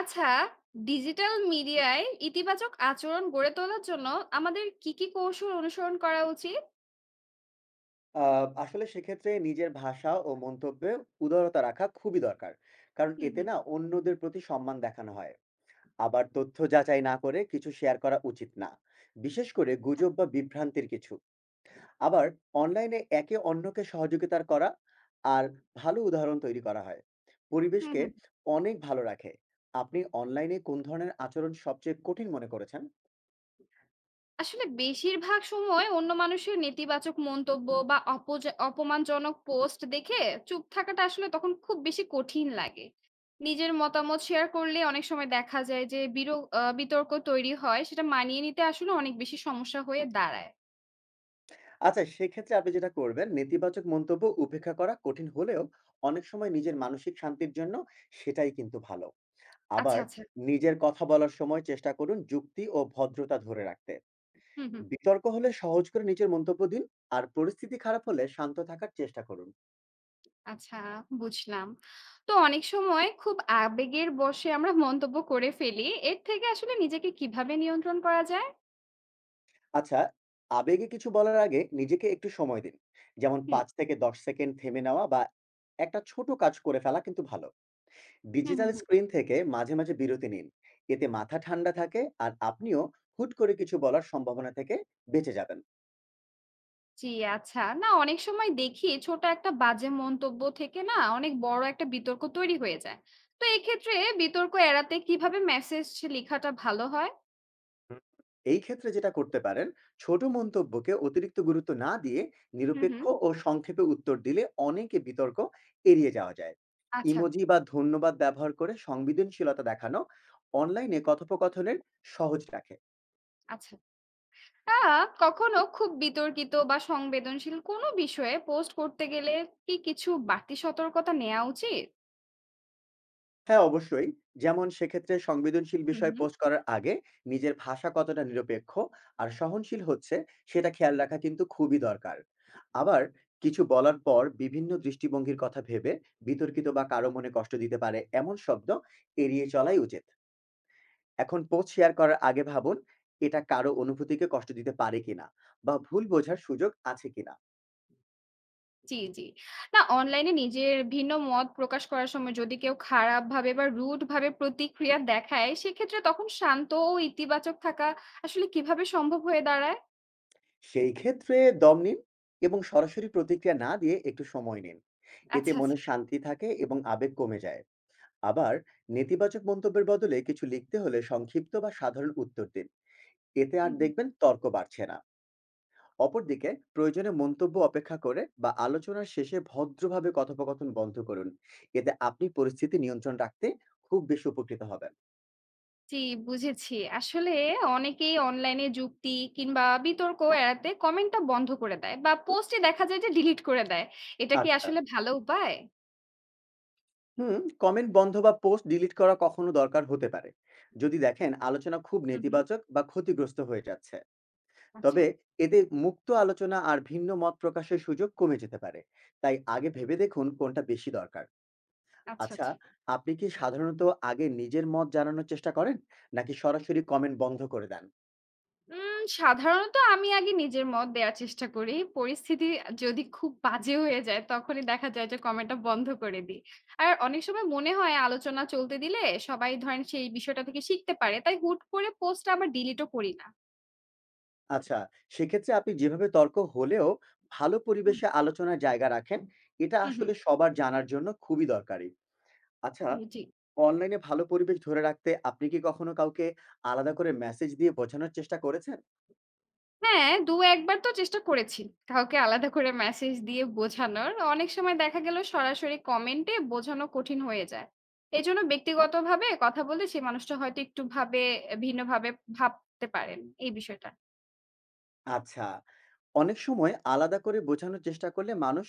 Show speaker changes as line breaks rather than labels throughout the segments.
আচ্ছা, ডিজিটাল মিডিয়ায় ইতিবাচক আচরণ গড়ে তোলার জন্য আমাদের কি কৌশল অনুসরণ করা উচিত?
আ আসলে সেক্ষেত্রে নিজের ভাষা ও মন্তব্যে উদারতা রাখা খুবই দরকার। কারণ
হুম,
এতে
হুম।
না অন্যদের প্রতি সম্মান দেখানো হয়। আবার তথ্য যাচাই না করে কিছু শেয়ার করা উচিত না। বিশেষ করে গুজব বা বিভ্রান্তির কিছু। আবার অনলাইনে একে অন্যকে সহযোগিতার করা আর ভালো উদাহরণ তৈরি করা হয়।
হুম,
পরিবেশকে
হুম।
অনেক ভালো রাখে। আপনি অনলাইনে কোন ধরনের আচরণ সবচেয়ে কঠিন মনে করেছেন?
আসলে বেশিরভাগ সময় অন্য মানুষের নেতিবাচক মন্তব্য বা অপমানজনক পোস্ট দেখে চুপ থাকাটা আসলে তখন খুব বেশি কঠিন লাগে। নিজের মতামত শেয়ার করলে অনেক সময় দেখা যায় যে বিরো আ বিতর্ক তৈরি হয়। সেটা মানিয়ে নিতে আসলে অনেক বেশি সমস্যা হয়ে দাঁড়ায়।
আচ্ছা, সেক্ষেত্রে আপনি যেটা করবেন, নেতিবাচক মন্তব্য উপেক্ষা করা কঠিন হলেও অনেক সময় নিজের মানসিক শান্তির জন্য সেটাই কিন্তু ভালো।
আচ্ছা,
আবার
আচ্ছা।
নিজের কথা বলার সময় চেষ্টা করুন যুক্তি ও ভদ্রতা ধরে রাখতে।
হুম, হুম।
বিতর্ক হলে সহজ করে নিজের মন্তব্য দিন, আর পরিস্থিতি খারাপ হলে শান্ত থাকার চেষ্টা করুন।
আচ্ছা, বুঝলাম। তো অনেক সময় খুব আবেগের বশে আমরা মন্তব্য করে ফেলি। এর থেকে আসলে নিজেকে কিভাবে নিয়ন্ত্রণ করা যায়?
আচ্ছা, আবেগে কিছু বলার আগে নিজেকে একটু সময় দিন। যেমন
হুম,
৫ থেকে ১০ সেকেন্ড থেমে নেওয়া বা একটা ছোট কাজ করে ফেলা কিন্তু ভালো।
হুম,
ডিজিটাল
হুম, হুম।
স্ক্রিন থেকে মাঝে মাঝে বিরতি নিন, এতে মাথা ঠান্ডা থাকে আর আপনিও হুট করে কিছু বলার সম্ভাবনা থেকে বেঁচে যাবেন।
জি, আচ্ছা। না অনেক সময় দেখি ছোট একটা বাজে মন্তব্য থেকে না অনেক বড় একটা বিতর্ক তৈরি হয়ে যায়। তো এক্ষেত্রে বিতর্ক এড়াতে কিভাবে মেসেজ লিখাটা ভালো হয়?
হুম, এই ক্ষেত্রে যেটা করতে পারেন, ছোট মন্তব্যকে অতিরিক্ত গুরুত্ব না দিয়ে
হুম,
নিরপেক্ষ
হুম।
ও সংক্ষেপে উত্তর দিলে অনেকে বিতর্ক এড়িয়ে যাওয়া যায়।
আচ্ছা,
ইমোজি বা ধন্যবাদ ব্যবহার করে সংবেদনশীলতা দেখানো অনলাইনে কথোপকথনের সহজ রাখে।
আচ্ছা। আ কখনো খুব বিতর্কিত বা সংবেদনশীল কোনো বিষয়ে পোস্ট করতে গেলে কি কিছু বাড়তি সতর্কতা নেয়া উচিত?
হ্যাঁ, অবশ্যই। যেমন সেক্ষেত্রে সংবেদনশীল
হুম,
বিষয়
হুম।
পোস্ট করার আগে নিজের ভাষা কতটা নিরপেক্ষ আর সহনশীল হচ্ছে সেটা খেয়াল রাখা কিন্তু খুবই দরকার। আবার কিছু বলার পর বিভিন্ন দৃষ্টিভঙ্গির কথা ভেবে বিতর্কিত বা কারো মনে কষ্ট দিতে পারে এমন শব্দ এড়িয়ে চলাই উচিত। এখন পোস্ট শেয়ার করার আগে ভাবুন, এটা কারো অনুভূতিকে কষ্ট দিতে পারে কিনা বা ভুল বোঝার সুযোগ আছে কিনা।
জি, জি। না অনলাইনে নিজের ভিন্ন মত প্রকাশ করার সময় যদি কেউ খারাপভাবে বা রুড ভাবে প্রতিক্রিয়া দেখায়, সেক্ষেত্রে তখন শান্ত ও ইতিবাচক থাকা আসলে কিভাবে সম্ভব হয়ে দাঁড়ায়?
সেই ক্ষেত্রে দম নিন এবং সরাসরি প্রতিক্রিয়া না দিয়ে একটু সময় নিন। এতে
আচ্ছা, আচ্ছা।
মনে শান্তি থাকে এবং আবেগ কমে যায়। আবার নেতিবাচক মন্তব্যের বদলে কিছু লিখতে হলে সংক্ষিপ্ত বা সাধারণ উত্তর দিন। এতে আর
হুম, হুম।
দেখবেন তর্ক বাড়ছে না। অপরদিকে প্রয়োজনে মন্তব্য অপেক্ষা করে বা আলোচনার শেষে ভদ্রভাবে কথোপকথন বন্ধ করুন। এতে আপনি পরিস্থিতি নিয়ন্ত্রণ রাখতে খুব বেশি উপকৃত হবেন।
জি, বুঝেছি। আসলে অনেকেই অনলাইনে যুক্তি কিংবা বিতর্ক এড়াতে কমেন্টটা বন্ধ করে দেয় বা পোস্টই দেখা যায় যে ডিলিট করে দেয়। এটা কি
আচ্ছা।
আসলে ভালো উপায়?
হুম, কমেন্ট বন্ধ বা পোস্ট ডিলিট করা কখনো দরকার হতে পারে যদি দেখেন আলোচনা খুব
হুম, হুম।
নেতিবাচক বা ক্ষতিগ্রস্ত হয়ে যাচ্ছে।
আচ্ছা,
তবে এতে মুক্ত আলোচনা আর ভিন্ন মত প্রকাশের সুযোগ কমে যেতে পারে, তাই আগে ভেবে দেখুন কোনটা বেশি দরকার।
আচ্ছা,
আচ্ছা,
আচ্ছা।
আপনি কি সাধারণত আগে নিজের মত জানানোর চেষ্টা করেন, নাকি সরাসরি কমেন্ট বন্ধ করে দেন?
সাধারণত আমি আগে নিজের মত দেয়ার চেষ্টা করি। পরিস্থিতি যদি খুব বাজে হয়ে যায়, তখনই দেখা যায় যে কমেন্টটা বন্ধ করে দিই। আর অনেক সময় মনে হয় আলোচনা চলতে দিলে সবাই ধরেন সেই বিষয়টা থেকে শিখতে পারে। তাই হুট করে পোস্ট আবার ডিলিটও করি না।
আচ্ছা, সেক্ষেত্রে আপনি যেভাবে তর্ক হলেও ভালো
হুম,
পরিবেশে আলোচনার জায়গা রাখেন, এটা
হুম, হুম।
আসলে সবার জানার জন্য খুবই দরকারি। আচ্ছা,
জি।
অনলাইনে ভালো পরিবেশ ধরে রাখতে আপনি কি কখনো কাউকে আলাদা করে মেসেজ দিয়ে বোঝানোর চেষ্টা করেছেন?
হ্যাঁ, ২-১ বার তো চেষ্টা করেছি। কাউকে আলাদা করে মেসেজ দিয়ে বোঝানোর। অনেক সময় দেখা গেল সরাসরি কমেন্টে বোঝানো কঠিন হয়ে যায়। এজন্য ব্যক্তিগতভাবে কথা বলে সেই মানুষটা হয়তো একটু ভাবে ভিন্নভাবে ভাবতে পারেন এই বিষয়টা।
আচ্ছা। অনেক সময় আলাদা করে বোঝানোর চেষ্টা করলে মানুষ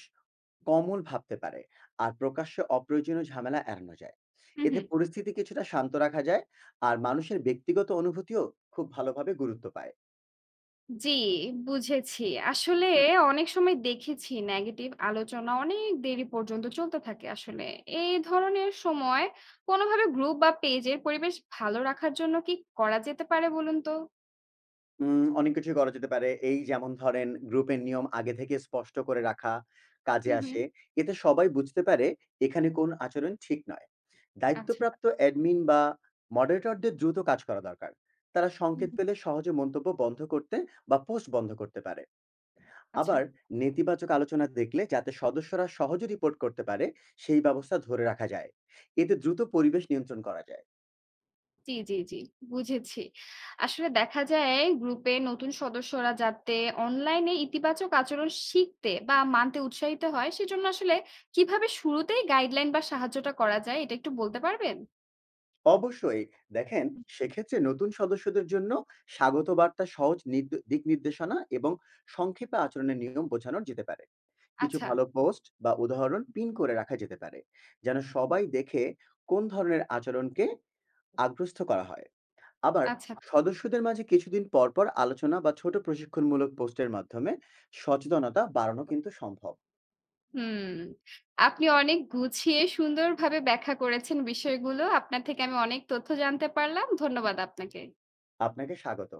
কমল ভাবতে পারে আর প্রকাশ্যে অপ্রয়োজনীয় ঝামেলা এড়ানো যায়।
হুম,
এতে
হুম।
পরিস্থিতি কিছুটা শান্ত রাখা যায় আর মানুষের ব্যক্তিগত অনুভূতিও খুব ভালোভাবে গুরুত্ব পায়।
জি, বুঝেছি। আসলে অনেক সময় দেখেছি নেগেটিভ আলোচনা অনেক দেরি পর্যন্ত চলতে থাকে আসলে। এই ধরনের সময় কোনোভাবে গ্রুপ বা পেজের পরিবেশ ভালো রাখার জন্য কি করা যেতে পারে বলুন তো?
উম অনেক কিছুই করা যেতে পারে। এই যেমন ধরেন গ্রুপের নিয়ম আগে থেকে স্পষ্ট করে রাখা কাজে
হুম, হুম।
আসে। এতে সবাই বুঝতে পারে এখানে কোন আচরণ ঠিক নয়।
আচ্ছা।
দায়িত্বপ্রাপ্ত অ্যাডমিন বা মডারেটরদের দ্রুত কাজ করা দরকার। তারা সংকেত
হুম।
পেলে সহজে মন্তব্য বন্ধ করতে বা পোস্ট বন্ধ করতে পারে।
আচ্ছা।
আবার নেতিবাচক আলোচনা দেখলে যাতে সদস্যরা সহজে রিপোর্ট করতে পারে সেই ব্যবস্থা ধরে রাখা যায়। এতে দ্রুত পরিবেশ নিয়ন্ত্রণ করা যায়।
জি, জি, জি। বুঝেছি। আসলে দেখা যায় গ্রুপে নতুন সদস্যরা যাতে অনলাইনে ইতিবাচক আচরণ শিখতে বা মানতে উৎসাহিত হয় সেজন্য আসলে কিভাবে শুরুতেই গাইডলাইন বা সাহায্যটা করা যায় এটা একটু বলতে পারবেন?
অবশ্যই। দেখেন
হুম।
সেক্ষেত্রে নতুন সদস্যদের জন্য স্বাগত বার্তা সহজ দিক নির্দেশনা এবং সংক্ষেপে আচরণের নিয়ম বোঝানো যেতে পারে। কিছু
আচ্ছা,
ভালো পোস্ট বা উদাহরণ পিন করে রাখা যেতে পারে। যেন সবাই দেখে কোন ধরনের আচরণকে আগ্রস্ত করা হয়। আবার
আচ্ছা।
সদস্যদের মাঝে কিছুদিন পর পর আলোচনা বা ছোট প্রশিক্ষণমূলক পোস্টের মাধ্যমে সচেতনতা বাড়ানো কিন্তু সম্ভব।
হুম। আপনি অনেক গুছিয়ে সুন্দরভাবে ব্যাখ্যা করেছেন বিষয়গুলো। আপনার থেকে আমি অনেক তথ্য জানতে পারলাম। ধন্যবাদ আপনাকে।
আপনাকে স্বাগত।